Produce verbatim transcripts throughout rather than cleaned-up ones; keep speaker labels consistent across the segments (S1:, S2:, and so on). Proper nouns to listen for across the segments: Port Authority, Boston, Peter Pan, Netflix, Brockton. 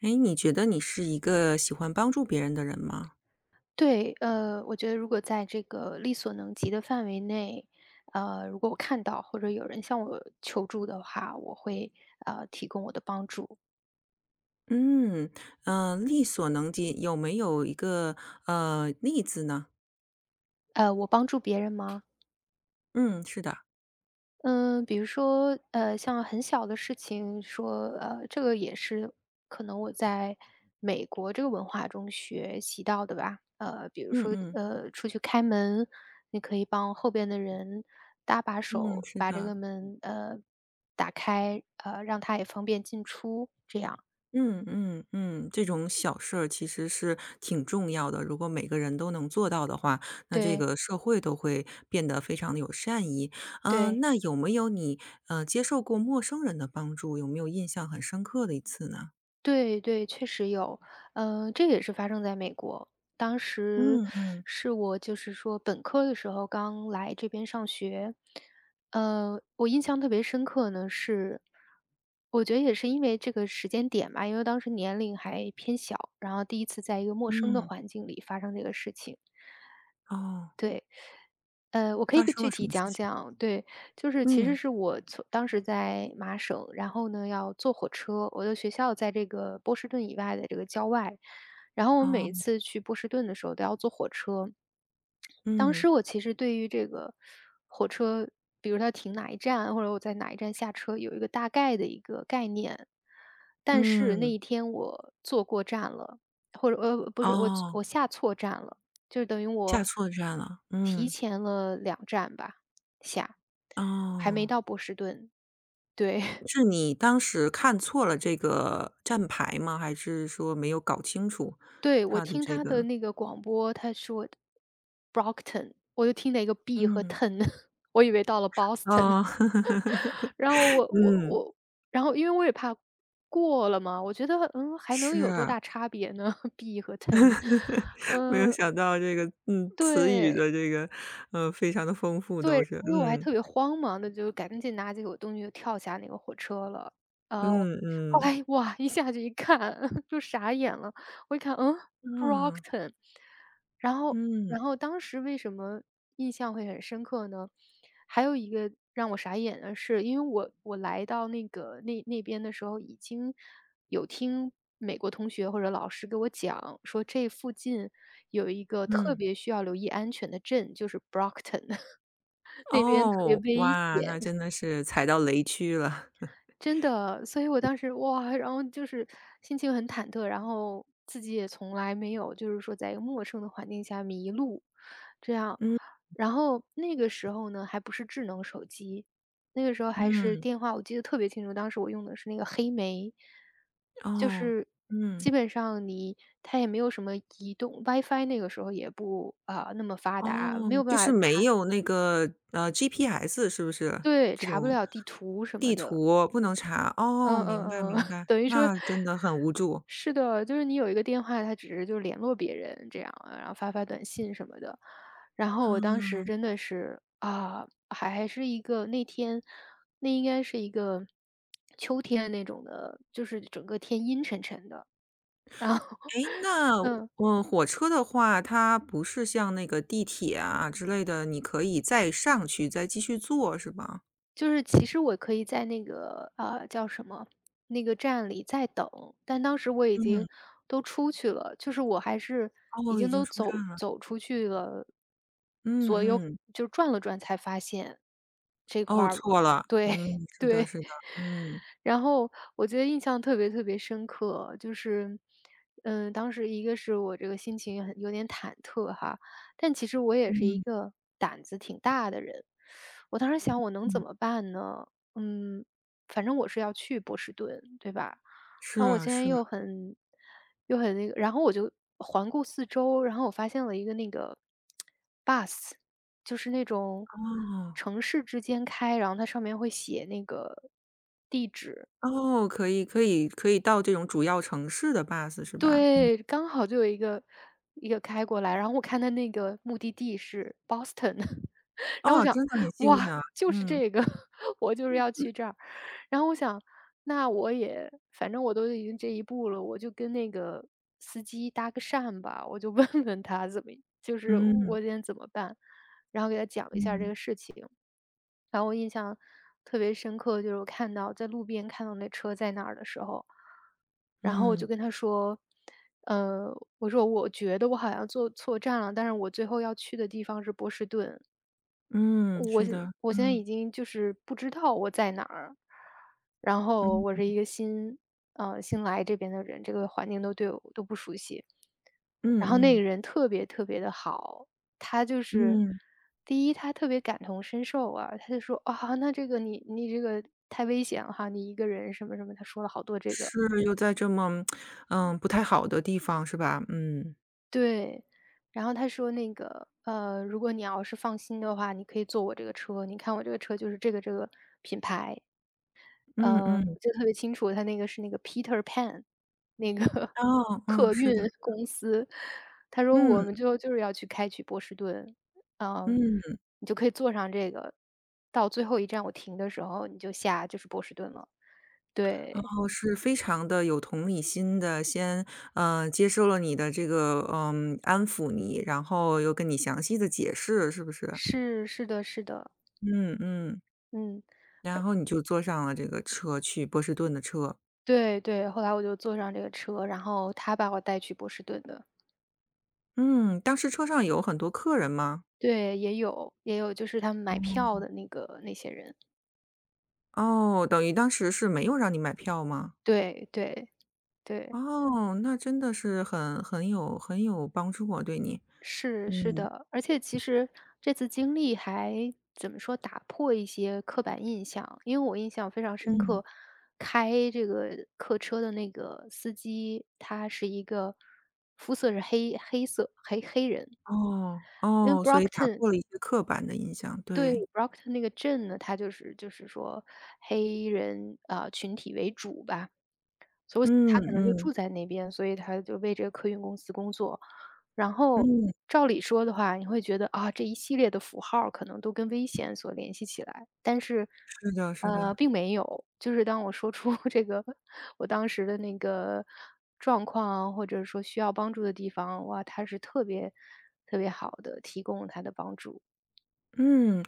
S1: 哎，你觉得你是一个喜欢帮助别人的人吗？
S2: 对，呃，我觉得如果在这个力所能及的范围内，呃，如果我看到或者有人向我求助的话，我会呃提供我的帮助。
S1: 嗯。呃，力所能及，有没有一个，呃，例子呢？
S2: 呃，我帮助别人吗？
S1: 嗯，是的。
S2: 嗯，比如说，呃，像很小的事情，说，呃，这个也是可能我在美国这个文化中学习到的吧。呃，比如
S1: 嗯
S2: 说，
S1: 嗯。
S2: 呃，出去开门，你可以帮后边的人搭把
S1: 嗯，
S2: 手，
S1: 是
S2: 把这
S1: 的。
S2: 个门呃打开，呃，让他也方便进出，这样。
S1: 嗯嗯嗯，这种小事儿其实是挺重要的，如果每个人都能做到的话，那这
S2: 对
S1: 个社会都会变得非常的有善意。嗯，
S2: 对。
S1: 那有没有你，呃，接受过陌生人的帮助，有没有印象很深刻的一次呢？
S2: 对对，确实有，嗯，这也是发生在美国。当时
S1: 嗯嗯
S2: 是我就是说本科的时候刚来这边上学，呃，我印象特别深刻呢，是我觉得也是因为这个时间点吧，因为当时年龄还偏小，然后第一次在一个陌生的
S1: 嗯。
S2: 环境里发生这个事情，
S1: 哦，
S2: 对。呃，我可以
S1: 发生
S2: 具
S1: 了什
S2: 体
S1: 么事
S2: 讲
S1: 情？
S2: 讲，对，就是其实
S1: 嗯。
S2: 是我从当时在麻省，然后呢要坐火车，我的学校在这个波士顿以外的这个郊外，然后我每一
S1: 哦。
S2: 次去波士顿的时候都要坐火车，当
S1: 嗯。
S2: 时我其实对于这个火车，比如它停哪一站，或者我在哪一站下车，有一个大概的一个概念。但是那
S1: 嗯。
S2: 一天我坐过站了，或者呃不是我
S1: 哦，
S2: 我下错站了，就是等于
S1: 下
S2: 我
S1: 错站了。
S2: 提
S1: 嗯。
S2: 前了两站吧下，还没
S1: 哦，
S2: 到波士顿。对
S1: 是你当时看错了这个站牌吗？还是说没有搞清楚
S2: 对，我
S1: 它的
S2: 听
S1: 这
S2: 他的
S1: 个。
S2: 那个广播，他说 Brockton，我就听了一个 b 和
S1: 嗯。
S2: ten，我以为到了 Boston。
S1: 哦。
S2: 然后 我我
S1: 嗯，
S2: 我，然后因为我也怕过了嘛，我觉得嗯还能
S1: 是
S2: 有多
S1: 啊。
S2: 大差别呢 ？B 和 ten，
S1: 没有
S2: 呃，
S1: 想到这个，嗯，词语
S2: 对，
S1: 的这个，呃，非常的丰富
S2: 对，
S1: 都是。
S2: 因为我还
S1: 嗯。
S2: 特别慌忙的，就赶紧拿起我东西就跳下那个火车了。呃，
S1: 嗯
S2: 后
S1: 嗯。
S2: 来哇，一下去一看 就傻眼了，我一看，嗯
S1: 嗯。
S2: ，Brockton。然后
S1: 嗯。
S2: 然后当时为什么印象会很深刻呢？还有一个让我傻眼的是，因为我我来到那个那那边的时候，已经有听美国同学或者老师给我讲说，这附近有一个特
S1: 嗯。
S2: 别需要留意安全的镇，就是 Brockton。那边特别
S1: 哦，
S2: 危
S1: 哇，那
S2: 险，
S1: 真的是踩到雷区了。
S2: 真的。所以我当时哇，然后就是心情很忐忑，然后自己也从来没有就是说在一个陌生的环境下迷路，这样。
S1: 嗯。
S2: 然后那个时候呢，还不是智能手机，那个时候还是
S1: 嗯。
S2: 电话，我记得特别清楚，当时我用的是那个黑莓，就
S1: 哦。
S2: 是
S1: 嗯。
S2: 基本上你它也没有什么移动 WiFi，那个时候也不啊、那么发达，
S1: 哦，
S2: 没有
S1: 就是
S2: 办法
S1: 没
S2: 查，
S1: 有那个，呃，G P S 是不是？
S2: 对，
S1: 这
S2: 查不
S1: 种
S2: 了地图什么
S1: 地
S2: 的。
S1: 图不能查。哦，
S2: 嗯
S1: 明白
S2: 嗯嗯，
S1: 明 白，
S2: 等于说
S1: 那真的很无助。
S2: 是的，就是你有一个电话，他只是就联络别人这样啊，然后发发短信什么的。然后我当时
S1: 嗯。
S2: 真的是啊，还还是一个那天，那应该是一个秋天那种的，就是整个天阴沉沉的，然后
S1: 诶，那，
S2: 嗯。
S1: 嗯，火车的话，它不是像那个地铁啊之类的，你可以再上去再继续坐是吧？
S2: 就是其实我可以在那个，呃，叫什么，那个站里再等，但当时我已
S1: 嗯。
S2: 经都出去了，就是我还是已
S1: 哦，已
S2: 经
S1: 经
S2: 都
S1: 出站
S2: 走
S1: 了。
S2: 走出去了，
S1: 嗯
S2: 左右
S1: 嗯。
S2: 就转了转才发现这块
S1: 哦，
S2: 儿
S1: 错了。
S2: 对
S1: 嗯。是的
S2: 对。
S1: 是的。嗯。
S2: 然后我觉得印象特别特别深刻，就是，嗯，当时一个是我这个心情很有点忐忑哈，但其实我也是一
S1: 嗯
S2: 个胆子挺大的人。我当时想我能怎
S1: 嗯。
S2: 么办呢？嗯，反正我是要去波士顿，对吧？
S1: 是
S2: 然后我
S1: 啊
S2: 今天
S1: 是啊。
S2: 又很又很那个，然后我就环顾四周，然后我发现了一个那个 bus，就是那种
S1: 哦。
S2: 城市之间开，然后它上面会写那个地址，
S1: 哦，可以可以可以到这种主要城市的 bus 是吧？
S2: 对，刚好就有一个一个开过来，然后我看他那个目的地是 Boston，然后我
S1: 哦，
S2: 想，
S1: 真的很幸运
S2: 哇，
S1: 啊。
S2: 就是
S1: 嗯。
S2: 这个，我就是要去这儿。然后我想，那我也反正我都已经这一步了，我就跟那个司机搭个讪吧，我就 问问他怎么就是
S1: 嗯。
S2: 我今天怎么办。然后给他讲一下这
S1: 嗯。
S2: 个事情。然后我印象特别深刻，就是我看到在路边看到那车在那儿的时候，然后我就
S1: 嗯。
S2: 跟他说，呃，我说我觉得我好像坐错站了，但是我最后要去的地方是波士顿，
S1: 嗯，
S2: 我
S1: 是
S2: 现
S1: 的。
S2: 我现在已
S1: 嗯。
S2: 经就是不知道我在哪儿，然后我
S1: 嗯。
S2: 是一个新呃，新来这边的人，这个环境都对我都不熟悉。
S1: 嗯。
S2: 然后那个
S1: 嗯。
S2: 人特别特别的好，他就是
S1: 嗯。
S2: 第一他特别感同身受啊，他就说："啊，那这个你你这个太危险了哈，你一个人什么什么。"他说了好多这个。
S1: 是，又在这么，嗯，不太好的地方是吧？嗯。
S2: 对，然后他说那个，呃，如果你要是放心的话，你可以坐我这个车，你看我这个车就是这个这个品牌。
S1: 嗯。
S2: 呃，
S1: 嗯。
S2: 我记得特别清楚，他那个是那个 Peter Pan，那个
S1: 哦。嗯，
S2: 客
S1: 是
S2: 运
S1: 的。
S2: 公司。他说我
S1: 嗯。
S2: 们最后就是要去开去波士顿，嗯，
S1: 嗯。
S2: 你就可以坐上这个，到最后一站我停的时候，你就下就是波士顿了。
S1: 然
S2: 对，
S1: 后是非常的有同理心的，先，呃，接受了你的这个，嗯，安抚你，然后又跟你详细的解释，是不是？
S2: 是是的是的，
S1: 嗯。嗯。
S2: 嗯，
S1: 然
S2: 而
S1: 后你就坐上了这个车去波士顿的车。
S2: 对对，后来我就坐上这个车，然后他把我带去波士顿的。
S1: 嗯，当时车上有很多客人吗？
S2: 对，也有也有，就是他们买票的那个那些人，
S1: 哦，等于当时是没有让你买票吗？
S2: 对对对。
S1: 哦，那真的是很很有很有帮助啊，对你。
S2: 是是
S1: 嗯。
S2: 的，而且其实这次经历还怎么说，打破一些刻板印象。因为我印象非常深
S1: 嗯。
S2: 刻，开这个客车的那个司机，他是一个肤色是黑黑色黑黑人，
S1: 哦。
S2: 因为
S1: 哦，所以打
S2: Brockton
S1: 破了一些刻板的印象，
S2: 对
S1: 对。
S2: Brockton 那个镇呢，它就是就是说黑人啊、呃群体为主吧，所以我想
S1: 嗯。
S2: 他可能就
S1: 嗯。
S2: 住在那边，所以他就为这个客运公司工作。然后
S1: 嗯。
S2: 照理说的话，你会觉得啊，这一系列的符号儿可能都跟危险所联系起来，但是，
S1: 是的是
S2: 呃，
S1: 的。
S2: 并没有。就是当我说出 这个我当时的那个状况啊，或者说需要帮助的地方，哇，他是特别特别好的，提供了他的帮助。
S1: 嗯嗯，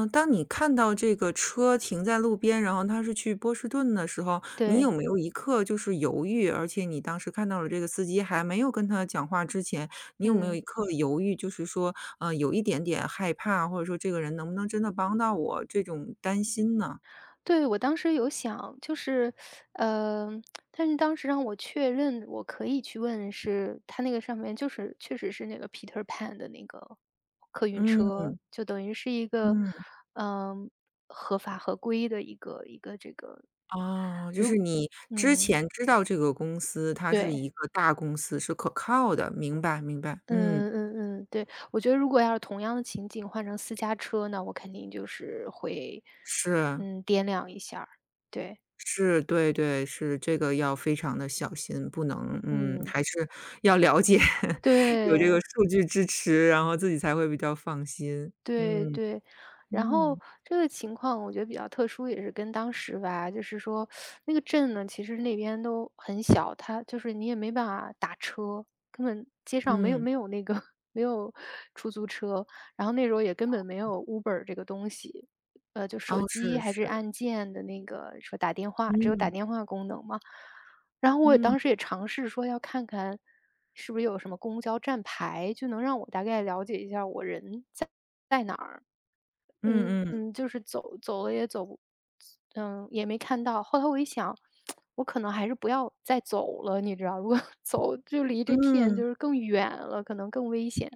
S1: 呃，当你看到这个车停在路边，然后它是去波士顿的时候，你有
S2: 对，
S1: 没有一刻就是犹豫？而且你当时看到了这个司机还没有跟他讲话之前，你有没有
S2: 嗯。
S1: 一刻犹豫？就是说，呃，有一点点害怕，或者说这个人能不能真的帮到我这种担心呢？
S2: 对，我当时有想，就是，呃，但是当时让我确认我可以去问是，他那个上面就是确实是那个 Peter Pan 的那个客运
S1: 嗯
S2: 车，就等于是一个，
S1: 嗯。
S2: 嗯、合法合规的一个一个这个，
S1: 啊，就是你之
S2: 嗯，
S1: 前知道这个公司它是
S2: 对，
S1: 一个大公司，是可靠的，明白明白。嗯，
S2: 嗯嗯嗯，对，我觉得如果要是同样的情景换成私家车呢，我肯定就是会，
S1: 是。
S2: 嗯，掂量一下儿对，
S1: 是，对对，是这个要非常的小心，不能嗯，
S2: 嗯，
S1: 还是要了解。有这个
S2: 对。
S1: 数据支持，然后自己才会比较放心。
S2: 对
S1: 嗯。
S2: 对，然后
S1: 嗯。
S2: 这个情况我觉得比较特殊，也是跟当时吧，就是说那个镇呢，其实那边都很小，它就是你也没办法打车，根本街上没有
S1: 嗯。
S2: 没有那个 没有出租车，然后那时候也根本没有 Uber 这个东西，呃，就手
S1: 哦，
S2: 机
S1: 是
S2: 还是
S1: 是。
S2: 按键的那个说打电话，只有打
S1: 嗯。
S2: 电话功能嘛，然后我也
S1: 嗯。
S2: 当时也尝试说要看看，是不是有什么公交站牌，就能让我大概了解一下我人在在哪儿。
S1: 嗯嗯。
S2: 嗯，就是走走了也走不嗯，也没看到。后来我一想，我可能还是不要再走了，你知道，如果 走就离这片
S1: 嗯。
S2: 就是更远了，可能更危险。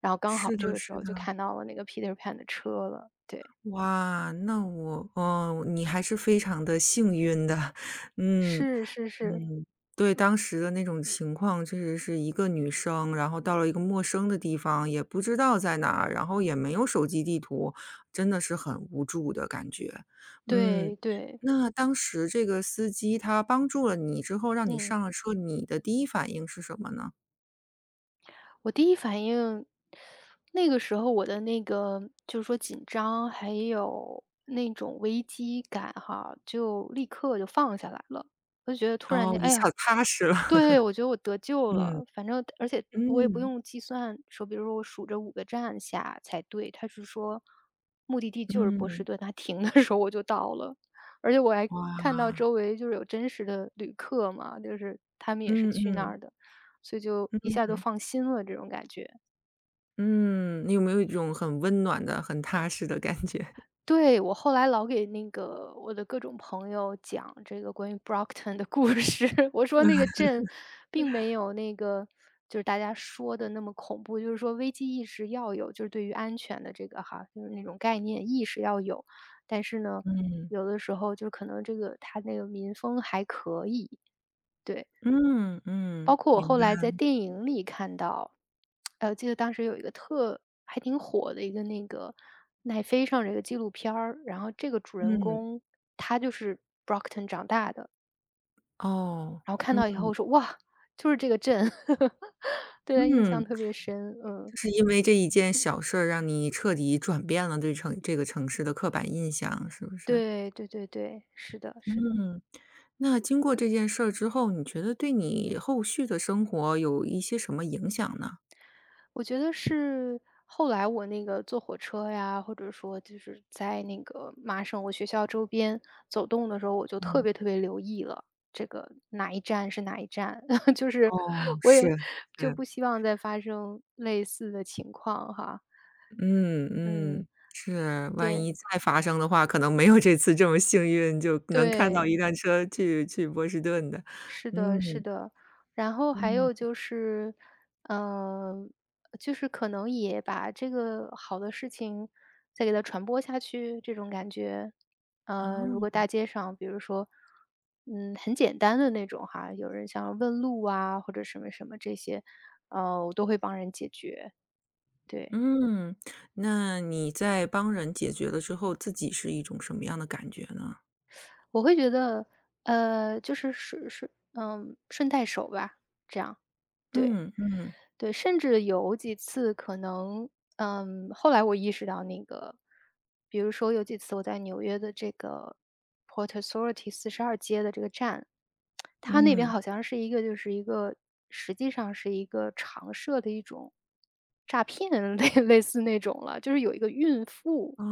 S2: 然后刚好
S1: 是
S2: 这
S1: 的
S2: 个时
S1: 是
S2: 候就
S1: 的。
S2: 看到了那个 Peter Pan 的车了，对，
S1: 哇，那我哦，你还是非常的幸运的。嗯。
S2: 是是是，
S1: 嗯，对，当时的那种情况确实是一个女生，然后到了一个陌生的地方，也不知道在哪儿，然后也没有手机地图，真的是很无助的感觉。嗯。
S2: 对对，
S1: 那当时这个司机他帮助了你之后，让你
S2: 嗯。
S1: 上了车，你的第一反应是什么呢？
S2: 我第一反应，那个时候我的那个就是说紧张，还有那种危机感哈，就立刻就放下来了。我就觉得突然
S1: 哦，
S2: 间，
S1: 一
S2: 哎
S1: 下
S2: 呀，
S1: 子踏实了。
S2: 对，我觉得我得救
S1: 嗯。
S2: 了，反正而且我也不
S1: 嗯。
S2: 用计算，说比如说我数着五个站下才对，他是说目的地就是波士
S1: 嗯。
S2: 顿，他停的时候我就到了。而且我还看到
S1: 哇。
S2: 周围就是有真实的旅客嘛，就是他们也是
S1: 嗯
S2: 去那
S1: 嗯。
S2: 儿的，所以就一下就放心了这种感觉。
S1: 嗯，你有没有一种很温暖的、很踏实的感觉？
S2: 对，我后来老给那个我的各种朋友讲这个关于 Brockton 的故事，我说那个镇并没有那个就是大家说的那么恐怖，就是说危机意识要有，就是对于安全的这个哈，就是那种概念意识要有，但是呢，
S1: 嗯
S2: 有的时候就可能这个他那个民风还可以，对。
S1: 嗯
S2: 包
S1: 嗯，
S2: 括我
S1: 明
S2: 后
S1: 白。
S2: 来在电影里看到，呃，记得当时有一个特还挺火的一个那个奈飞上这个纪录片儿，然后这个主人
S1: 嗯。
S2: 公他就是 Brockton 长大的，
S1: 哦。
S2: 然后看
S1: 嗯
S2: 到以后说：“哇，就是这个镇。对他印
S1: 嗯，
S2: 象特别深，嗯，
S1: 就是因为这一件小事儿让你彻底转变了对城这个城市的刻板印象，是不是？
S2: 对对对对，是的是的。
S1: 嗯。那经过这件事儿之后，你觉得对你后续的生活有一些什么影响呢？
S2: 我觉得是后来我那个坐火车呀，或者说就是在那个麻省我学校周边走动的时候，我就特
S1: 嗯。
S2: 别特别留意了，这个哪一站是哪一站，就是
S1: 哦，
S2: 我
S1: 是
S2: 也就
S1: 是。
S2: 不希望再发生类似的情况哈。
S1: 嗯嗯
S2: 嗯，
S1: 嗯，是，万
S2: 对，
S1: 一再发生的话，可能没有这次这么幸运，就能看到
S2: 对。
S1: 一辆车去去波士顿的。
S2: 是的，是
S1: 嗯
S2: 的。然后还
S1: 嗯。
S2: 有就是，嗯，就是可能也把这个好的事情再给它传播下去，这种感觉。呃，如
S1: 哦。
S2: 果大街上，比如说，嗯，很简单的那种哈，有人想要问路啊，或者什么什么这些，呃，我都会帮人解决。对，
S1: 嗯。那你在帮人解决了之后，自己是一种什么样的感觉呢？
S2: 我会觉得，呃，就是顺顺，嗯，顺带手吧，这样，对。
S1: 嗯嗯
S2: 对，甚至有几次可能，嗯，后来我意识到那个，比如说有几次我在纽约的这个 Port Authority 四十二街的这个站，它那边
S1: 嗯。
S2: 好像是一个就是一个实际上是一个常设的一种诈骗类类似那种了，就是有一个孕妇
S1: 哦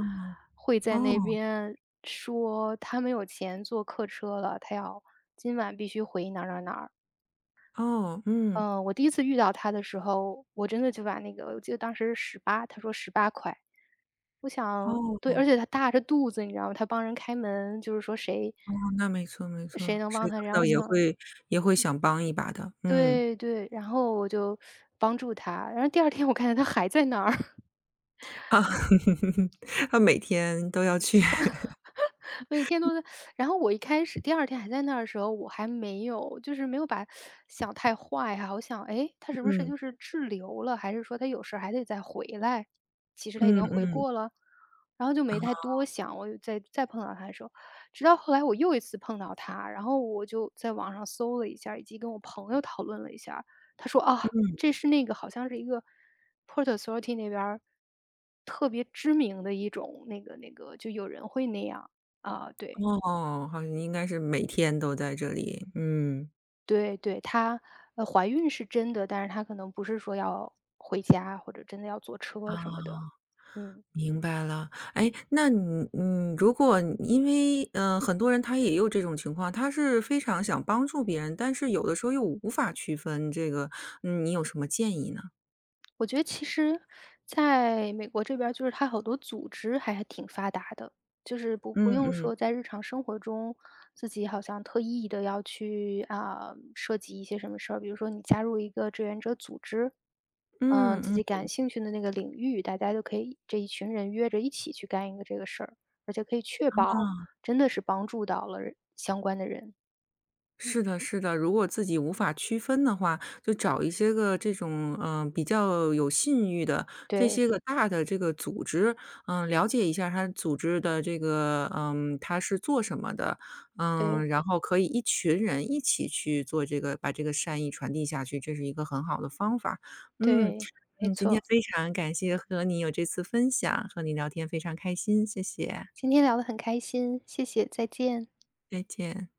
S2: 会在那
S1: 哦
S2: 边说她没有钱坐客车了，她要今晚必须回哪儿哪儿哪儿。
S1: 哦。嗯。
S2: 嗯，呃我第一次遇到他的时候，我真的就把那个我记得当时十八，他说十八块，我想对，
S1: 哦
S2: 而且他大着肚子，你知道吗？他帮人开门，就是说谁
S1: 哦，那没错没
S2: 谁
S1: 错，
S2: 能
S1: 谁
S2: 帮
S1: 看
S2: 他？然后
S1: 到
S2: 我
S1: 也嗯
S2: 想
S1: 会也会想帮一把的。嗯。
S2: 对对，然后我就帮助他，然后第二天我看见他还在那儿。
S1: 啊，他每天都要去。
S2: 每天都。然后我一开始第二天还在那儿的时候，我还没有就是没有把想太坏哈，我想，哎他是不是
S1: 嗯
S2: 就是滞留了，还是说他有事儿还得再回来？其实他已
S1: 嗯
S2: 经回
S1: 嗯。
S2: 过了，然后就
S1: 啊。
S2: 没太多想，我又再再碰到他的时候，直到后来我又一次碰到他，然后我就在网上搜了一下儿，以及跟我朋友讨论了一下儿，他说：“啊，这是那个好像是一个 Port Authority 那边儿特别知名的一种那个那个就有人会那样。”啊，对，
S1: 哦，好像应该是每天都在这里。嗯。
S2: 对对，她，呃，怀孕是真的，但是她可能不是说要回家，或者真的要坐车什么
S1: 啊。
S2: 的，嗯。
S1: 明白了，哎，那你你如果你因为，嗯，很多人他也有这种情况，他是非常想帮助别人，但是有的时候又无法区分这个，嗯，你有什么建议呢？
S2: 我觉得其实在美国这边儿就是它好多组织还还挺发达的，就是不不
S1: 嗯
S2: 用
S1: 嗯。
S2: 说在日常生活中，自己好像特意的要去，啊，涉及一些什么事儿。比如说你加入一个志愿者组织，嗯，
S1: 嗯
S2: 自
S1: 嗯。
S2: 己感兴趣的那个领域，大家就可以这一群人约着一起去干一个这个事儿，而且可以确保
S1: 啊。
S2: 真的是帮助到了人相关的人。
S1: 是的，是的，如果自己无法区分的话，就找一些个这种，嗯，呃比较有信誉的这些
S2: 对，
S1: 个大的这个组织。嗯，了解一下他组织的这个，嗯，他是做什么的。嗯，
S2: 对，
S1: 然后可以一群人一起去做这个，把这个善意传递下去，这是一个很好的方法。嗯。
S2: 对，没
S1: 嗯。今天
S2: 错。
S1: 非常感谢和你有这次分享，和你聊天非常开心，谢谢，
S2: 今天聊得很开心，谢谢，再见。
S1: 再见。